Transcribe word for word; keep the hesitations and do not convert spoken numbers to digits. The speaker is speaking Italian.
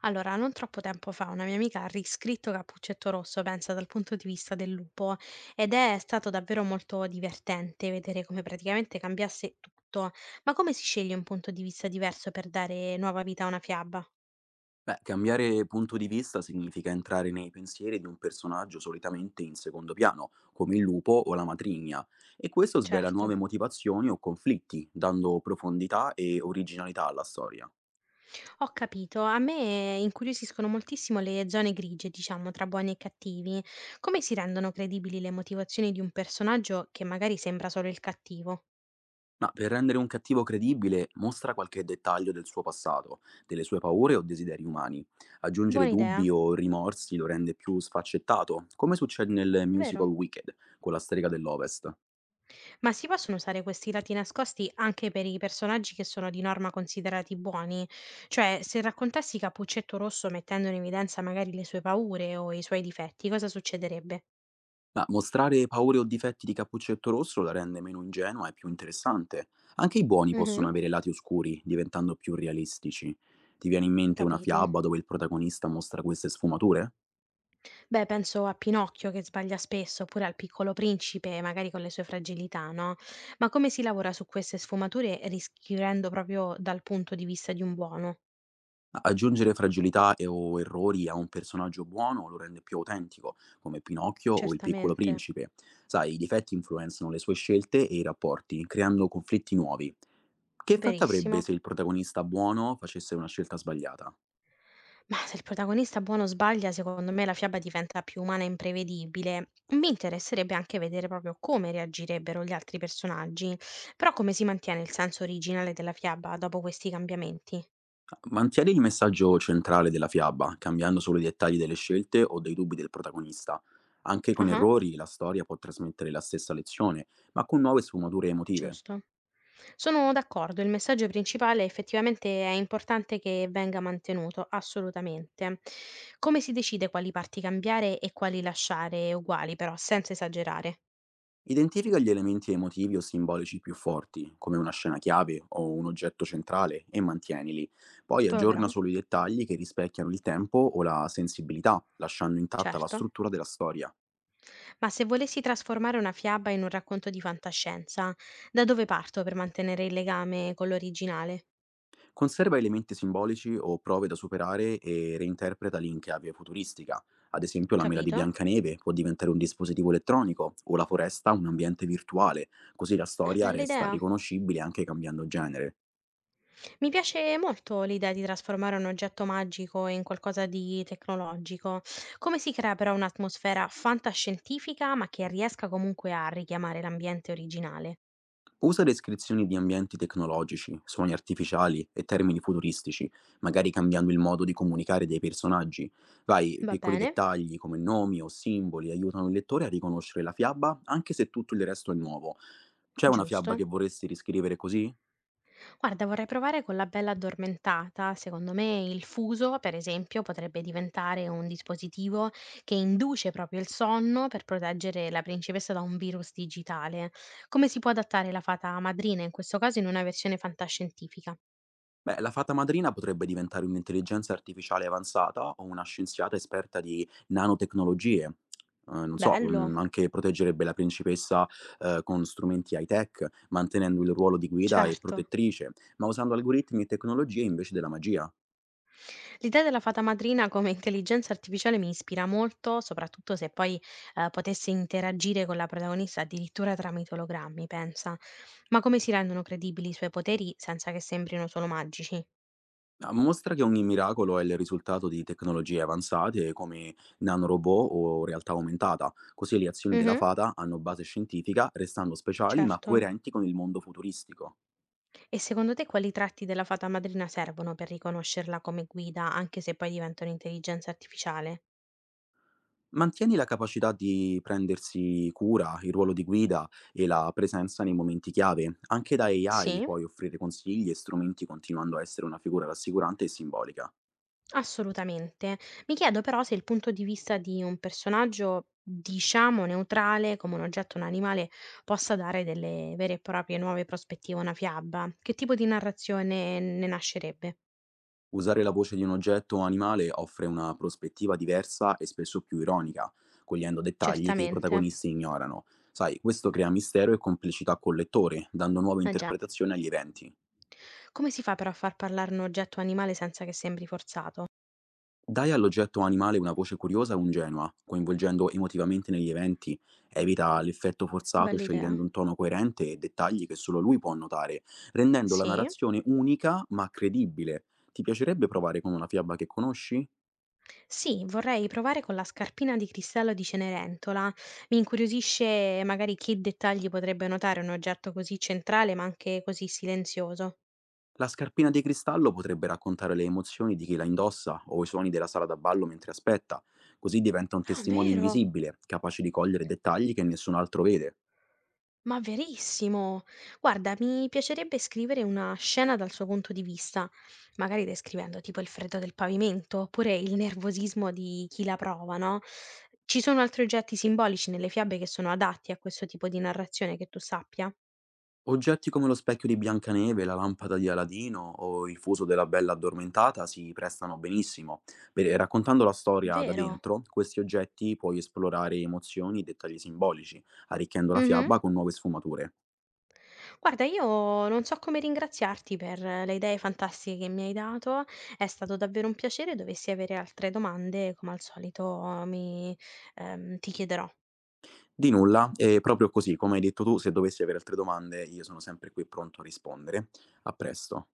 Allora, non troppo tempo fa una mia amica ha riscritto Cappuccetto Rosso, pensa, dal punto di vista del lupo, ed è stato davvero molto divertente vedere come praticamente cambiasse tutto. Ma come si sceglie un punto di vista diverso per dare nuova vita a una fiaba? Beh, cambiare punto di vista significa entrare nei pensieri di un personaggio solitamente in secondo piano, come il lupo o la matrigna, e questo svela nuove Certo, motivazioni o conflitti, dando profondità e originalità alla storia. ho capito. A me incuriosiscono moltissimo le zone grigie, diciamo, tra buoni e cattivi. Come si rendono credibili le motivazioni di un personaggio che magari sembra solo il cattivo? Ma per rendere un cattivo credibile, mostra qualche dettaglio del suo passato, delle sue paure o desideri umani. Aggiungere Buona idea, dubbi o rimorsi lo rende più sfaccettato, come succede nel musical vero? Wicked, con la strega dell'Ovest. Ma si possono usare questi lati nascosti anche per i personaggi che sono di norma considerati buoni? Cioè, se raccontassi Cappuccetto Rosso mettendo in evidenza magari le sue paure o i suoi difetti, cosa succederebbe? Ma mostrare paure o difetti di Cappuccetto Rosso la rende meno ingenua e più interessante. Anche i buoni possono Mhm. avere lati oscuri, diventando più realistici. Ti viene in mente una Capito. fiaba dove il protagonista mostra queste sfumature? Beh, penso a Pinocchio che sbaglia spesso, oppure al piccolo principe, magari con le sue fragilità, no? Ma come si lavora su queste sfumature rischiudendo proprio dal punto di vista di un buono? Aggiungere fragilità e o errori a un personaggio buono lo rende più autentico, come Pinocchio o il Piccolo Certamente, Principe. Sai, i difetti influenzano le sue scelte e i rapporti, creando conflitti nuovi. Che effetto avrebbe verissimo. se il protagonista buono facesse una scelta sbagliata? Mah, se il protagonista buono sbaglia, secondo me la fiaba diventa più umana e imprevedibile. Mi interesserebbe anche vedere proprio come reagirebbero gli altri personaggi, però come si mantiene il senso originale della fiaba dopo questi cambiamenti? Mantieni il messaggio centrale della fiaba, cambiando solo i dettagli delle scelte o dei dubbi del protagonista. Anche con Ah, errori la storia può trasmettere la stessa lezione, ma con nuove sfumature emotive. giusto. Sono d'accordo, il messaggio principale effettivamente è importante che venga mantenuto, assolutamente. Come si decide quali parti cambiare e quali lasciare uguali, però, senza esagerare? Identifica gli elementi emotivi o simbolici più forti, come una scena chiave o un oggetto centrale, e mantienili. Poi aggiorna Proverò, solo i dettagli che rispecchiano il tempo o la sensibilità, lasciando intatta la certo. struttura della storia. Ma se volessi trasformare una fiaba in un racconto di fantascienza, da dove parto per mantenere il legame con l'originale? Conserva elementi simbolici o prove da superare e reinterpreta link a via futuristica. Ad esempio, la mela di Capito? Biancaneve può diventare un dispositivo elettronico o la foresta un ambiente virtuale, così la Ah, storia bella resta idea. riconoscibile anche cambiando genere. Mi piace molto l'idea di trasformare un oggetto magico in qualcosa di tecnologico. Come si crea però un'atmosfera fantascientifica, ma che riesca comunque a richiamare l'ambiente originale? Usa descrizioni di ambienti tecnologici, suoni artificiali e termini futuristici, magari cambiando il modo di comunicare dei personaggi. Vai, Va piccoli bene, dettagli come nomi o simboli aiutano il lettore a riconoscere la fiaba anche se tutto il resto è nuovo. C'è una fiaba giusto. che vorresti riscrivere così? Guarda, vorrei provare con la bella addormentata. Secondo me il fuso, per esempio, potrebbe diventare un dispositivo che induce proprio il sonno per proteggere la principessa da un virus digitale. Come si può adattare la fata madrina in questo caso in una versione fantascientifica? Beh, la fata madrina potrebbe diventare un'intelligenza artificiale avanzata o una scienziata esperta di nanotecnologie. Eh, non so, Bello, mm, anche proteggerebbe la principessa, eh, con strumenti high-tech, mantenendo il ruolo di guida e certo. protettrice, ma usando algoritmi e tecnologie invece della magia. L'idea della fata madrina come intelligenza artificiale mi ispira molto, soprattutto se poi eh, potesse interagire con la protagonista addirittura tramite ologrammi, pensa. Ma come si rendono credibili i suoi poteri senza che sembrino solo magici? A mostra che ogni miracolo è il risultato di tecnologie avanzate come nanorobot o realtà aumentata, così le azioni della Mhm, fata hanno base scientifica, restando speciali ma certo. coerenti con il mondo futuristico. E secondo te quali tratti della fata madrina servono per riconoscerla come guida, anche se poi diventa un'intelligenza artificiale? Mantieni la capacità di prendersi cura, il ruolo di guida e la presenza nei momenti chiave. Anche da A I Sì. puoi offrire consigli e strumenti continuando a essere una figura rassicurante e simbolica. Assolutamente. Mi chiedo però se il punto di vista di un personaggio, diciamo neutrale, come un oggetto, un animale, possa dare delle vere e proprie nuove prospettive a una fiaba. Che tipo di narrazione ne nascerebbe? Usare la voce di un oggetto o animale offre una prospettiva diversa e spesso più ironica, cogliendo dettagli che i Certamente. protagonisti ignorano. Sai, questo crea mistero e complicità col lettore, dando nuove Ah già. interpretazioni agli eventi. Come si fa però a far parlare un oggetto o animale senza che sembri forzato? Dai all'oggetto o animale una voce curiosa o ingenua, coinvolgendo emotivamente negli eventi, evita l'effetto forzato Bella idea. scegliendo un tono coerente e dettagli che solo lui può notare, rendendo la Sì. narrazione unica ma credibile. Ti piacerebbe provare con una fiaba che conosci? Sì, vorrei provare con la scarpina di cristallo di Cenerentola. Mi incuriosisce magari che dettagli potrebbe notare un oggetto così centrale ma anche così silenzioso. La scarpina di cristallo potrebbe raccontare le emozioni di chi la indossa o i suoni della sala da ballo mentre aspetta, così diventa un Ah, testimone vero? invisibile, capace di cogliere dettagli che nessun altro vede. Ma verissimo! Guarda, mi piacerebbe scrivere una scena dal suo punto di vista, magari descrivendo tipo il freddo del pavimento oppure il nervosismo di chi la prova, no? Ci sono altri oggetti simbolici nelle fiabe che sono adatti a questo tipo di narrazione che tu sappia? Oggetti come lo specchio di Biancaneve, la lampada di Aladino o il fuso della bella addormentata si prestano benissimo. Beh, raccontando la storia da Vero? dentro, questi oggetti puoi esplorare emozioni e dettagli simbolici, arricchendo la Mhm. fiaba con nuove sfumature. Guarda, io non so come ringraziarti per le idee fantastiche che mi hai dato, è stato davvero un piacere. Dovessi avere altre domande, come al solito mi ehm, ti chiederò. Di nulla, e proprio così, come hai detto tu, se dovessi avere altre domande, io sono sempre qui pronto a rispondere. A presto.